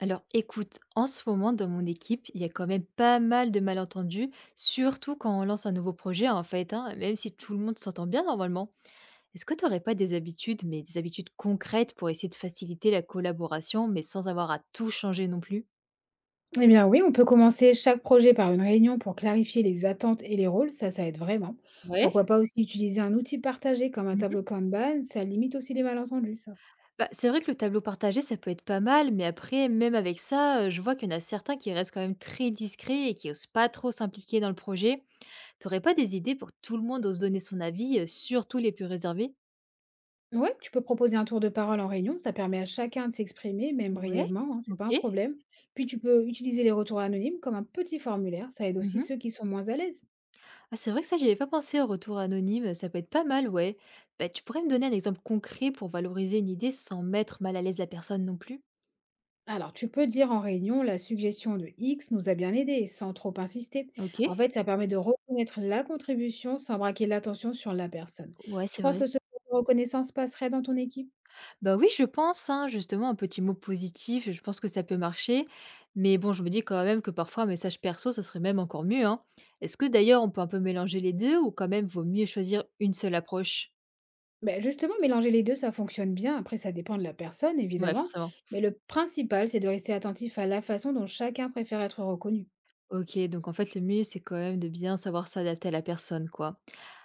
Alors écoute, en ce moment dans mon équipe, il y a quand même pas mal de malentendus, surtout quand on lance un nouveau projet en fait, hein, même si tout le monde s'entend bien normalement. Est-ce que tu n'aurais pas des habitudes, mais des habitudes concrètes pour essayer de faciliter la collaboration, mais sans avoir à tout changer non plus? Eh bien oui, on peut commencer chaque projet par une réunion pour clarifier les attentes et les rôles, ça aide vraiment. Ouais. Pourquoi pas aussi utiliser un outil partagé comme un Mhm. tableau Kanban, ça limite aussi les malentendus, ça. Bah, c'est vrai que le tableau partagé, ça peut être pas mal, mais après, même avec ça, je vois qu'il y en a certains qui restent quand même très discrets et qui osent pas trop s'impliquer dans le projet. T'aurais pas des idées pour que tout le monde ose donner son avis, surtout les plus réservés? Ouais, tu peux proposer un tour de parole en réunion, ça permet à chacun de s'exprimer, même Ouais, brièvement, hein, c'est pas OK. un problème. Puis tu peux utiliser les retours anonymes comme un petit formulaire, ça aide aussi Mmh. ceux qui sont moins à l'aise. Ah, c'est vrai que ça, j'y avais pas pensé au retour anonyme, ça peut être pas mal, ouais. Bah, tu pourrais me donner un exemple concret pour valoriser une idée sans mettre mal à l'aise la personne non plus? Alors, tu peux dire en réunion, la suggestion de X nous a bien aidés, sans trop insister. En OK. fait, ça permet de reconnaître la contribution sans braquer l'attention sur la personne. Ouais, Tu c'est penses que vrai. ce genre de reconnaissance passerait dans ton équipe? Bah oui, je pense, hein, justement, un petit mot positif, je pense que ça peut marcher. Mais bon, je me dis quand même que parfois un message perso, ce serait même encore mieux, hein. Est-ce que d'ailleurs on peut un peu mélanger les 2 ou quand même vaut mieux choisir une seule approche? Ben justement, mélanger les deux, ça fonctionne bien. Après, ça dépend de la personne, Ouais, évidemment. forcément. Mais le principal, c'est de rester attentif à la façon dont chacun préfère être reconnu. OK, donc en fait, le mieux, c'est quand même de bien savoir s'adapter à la personne, quoi.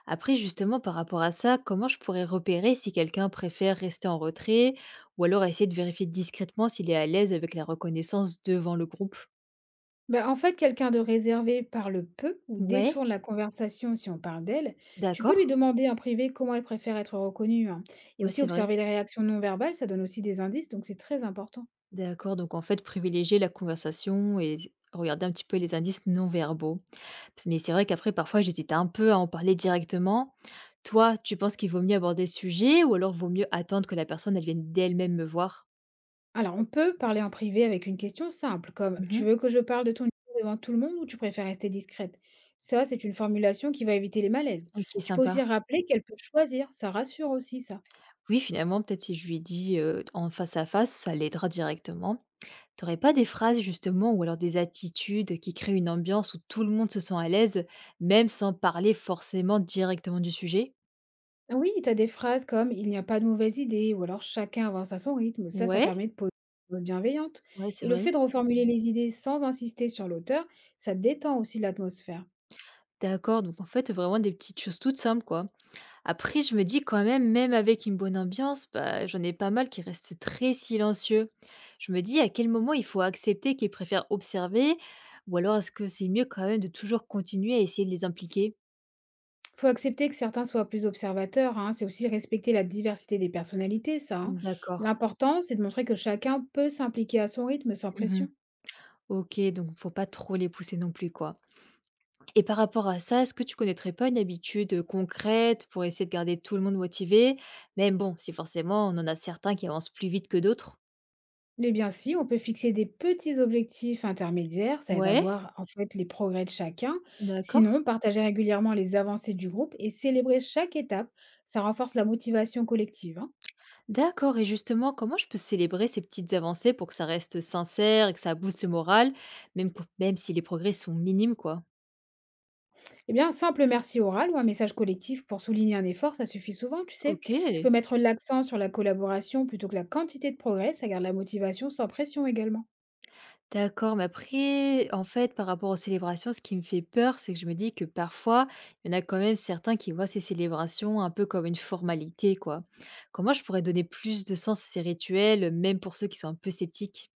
Après, justement, par rapport à ça, comment je pourrais repérer si quelqu'un préfère rester en retrait ou alors essayer de vérifier discrètement s'il est à l'aise avec la reconnaissance devant le groupe? Bah, en fait, quelqu'un de réservé parle peu ou Ouais, détourne la conversation si on parle d'elle. Tu peux lui d'accord. demander en privé comment elle préfère être reconnue, hein. Et Ouais, aussi c'est vrai. observer les réactions non verbales, ça donne aussi des indices, donc c'est très important. D'accord. Donc, en fait, privilégier la conversation et regarder un petit peu les indices non verbaux. Mais c'est vrai qu'après, parfois, j'hésite un peu à en parler directement. Toi, tu penses qu'il vaut mieux aborder le sujet ou alors vaut mieux attendre que la personne, elle vienne d'elle-même me voir? Alors, on peut parler en privé avec une question simple, comme: tu Mhm. veux que je parle de ton histoire devant tout le monde ou tu préfères rester discrète? Ça, c'est une formulation qui va éviter les malaises. Ok, Tu peux aussi sympa. rappeler qu'elle peut choisir, ça rassure aussi ça. Oui, finalement, peut-être si je lui dis, en face à face, ça l'aidera directement. T'aurais pas des phrases justement ou alors des attitudes qui créent une ambiance où tout le monde se sent à l'aise, même sans parler forcément directement du sujet? Oui, tu as des phrases comme «Il n'y a pas de mauvaise idée» ou alors «Chacun avance à son rythme». Ça Ouais, permet de poser une note bienveillante. ouais, c'est Et le vrai. fait de reformuler les idées sans insister sur l'auteur, ça détend aussi l'atmosphère. D'accord, donc en fait, vraiment des petites choses toutes simples, quoi. Après, je me dis quand même, même avec une bonne ambiance, bah, j'en ai pas mal qui restent très silencieux. Je me dis à quel moment il faut accepter qu'ils préfèrent observer ou alors est-ce que c'est mieux quand même de toujours continuer à essayer de les impliquer? Faut accepter que certains soient plus observateurs, hein, c'est aussi respecter la diversité des personnalités, ça, hein. D'accord. L'important, c'est de montrer que chacun peut s'impliquer à son rythme sans Mmh. pression. OK, donc faut pas trop les pousser non plus, quoi. Et par rapport à ça, est-ce que tu connaîtrais pas une habitude concrète pour essayer de garder tout le monde motivé? Même bon, si forcément on en a certains qui avancent plus vite que d'autres. Eh bien, si, on peut fixer des petits objectifs intermédiaires, ça aide à Ouais, voir en fait les progrès de chacun. Sinon, d'accord. partager régulièrement les avancées du groupe et célébrer chaque étape, ça renforce la motivation collective, hein. D'accord et justement, comment je peux célébrer ces petites avancées pour que ça reste sincère et que ça booste le moral, même si les progrès sont minimes, quoi? Eh bien, un simple merci oral ou un message collectif pour souligner un effort, ça suffit souvent, tu sais. Tu peux OK. mettre l'accent sur la collaboration plutôt que la quantité de progrès, ça garde la motivation sans pression également. D'accord, mais après, en fait, par rapport aux célébrations, ce qui me fait peur, c'est que je me dis que parfois, il y en a quand même certains qui voient ces célébrations un peu comme une formalité, quoi. Comment je pourrais donner plus de sens à ces rituels, même pour ceux qui sont un peu sceptiques?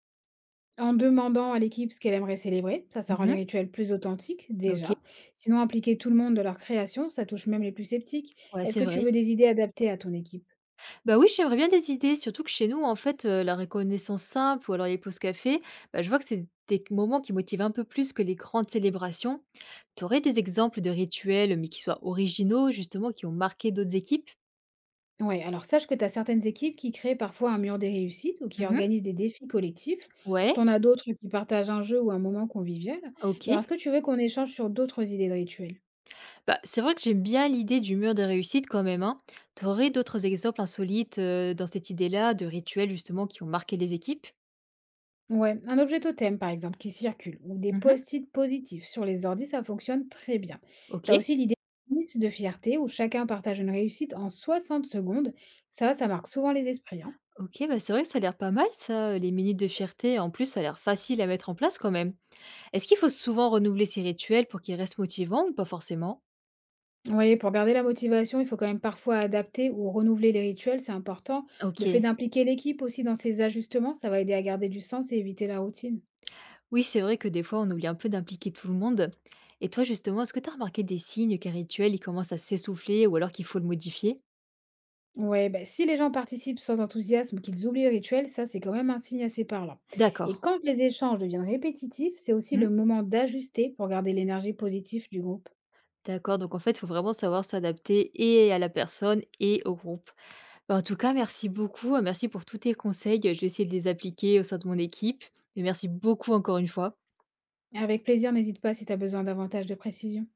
En demandant à l'équipe ce qu'elle aimerait célébrer, ça rend les Mhm, rituels plus authentiques, ok. déjà. Sinon, impliquer tout le monde de leur création, ça touche même les plus sceptiques. Ouais, Est-ce c'est que tu vrai. veux des idées adaptées à ton équipe? Bah oui, j'aimerais bien des idées, surtout que chez nous, en fait, la reconnaissance simple ou alors les pauses café, bah, je vois que c'est des moments qui motivent un peu plus que les grandes célébrations. Tu aurais des exemples de rituels, mais qui soient originaux, justement, qui ont marqué d'autres équipes? Ouais, alors sache que tu as certaines équipes qui créent parfois un mur des réussites ou qui organisent des défis collectifs. Ouais, T'en as d'autres qui partagent un jeu ou un moment convivial. Mais alors, OK. est-ce que tu veux qu'on échange sur d'autres idées de rituels? Bah, c'est vrai que j'aime bien l'idée du mur de réussite quand même, hein. Tu aurais d'autres exemples insolites, dans cette idée-là, de rituels justement qui ont marqué les équipes? Ouais, un objet totem par exemple qui circule ou des Mmh. post-it positifs sur les ordi, ça fonctionne très bien. T'as OK. aussi l'idée de minute de fierté où chacun partage une réussite en 60 secondes. Ça marque souvent les esprits, hein. OK, bah, c'est vrai que ça a l'air pas mal ça, les minutes de fierté. En plus, ça a l'air facile à mettre en place quand même. Est-ce qu'il faut souvent renouveler ces rituels pour qu'ils restent motivants ou pas forcément? Oui, pour garder la motivation, il faut quand même parfois adapter ou renouveler les rituels, c'est important. Le fait OK. d'impliquer l'équipe aussi dans ces ajustements, ça va aider à garder du sens et éviter la routine. Oui, c'est vrai que des fois, on oublie un peu d'impliquer tout le monde. Et toi, justement, est-ce que tu remarqué des signes qu'un rituel, il commence à s'essouffler ou alors qu'il faut le modifier? Ouais, bah, si les gens participent sans enthousiasme ou qu'ils oublient le rituel, ça c'est quand même un signe assez parlant. Et D'accord. quand les échanges deviennent répétitifs, c'est aussi Mmh. le moment d'ajuster pour garder l'énergie positive du groupe. D'accord, donc en fait, il faut vraiment savoir s'adapter et à la personne et au groupe. Bah, en tout cas, merci beaucoup, hein, merci pour tous tes conseils, je vais essayer de les appliquer au sein de mon équipe et merci beaucoup encore une fois. Avec plaisir, n'hésite pas si tu as besoin davantage de précision.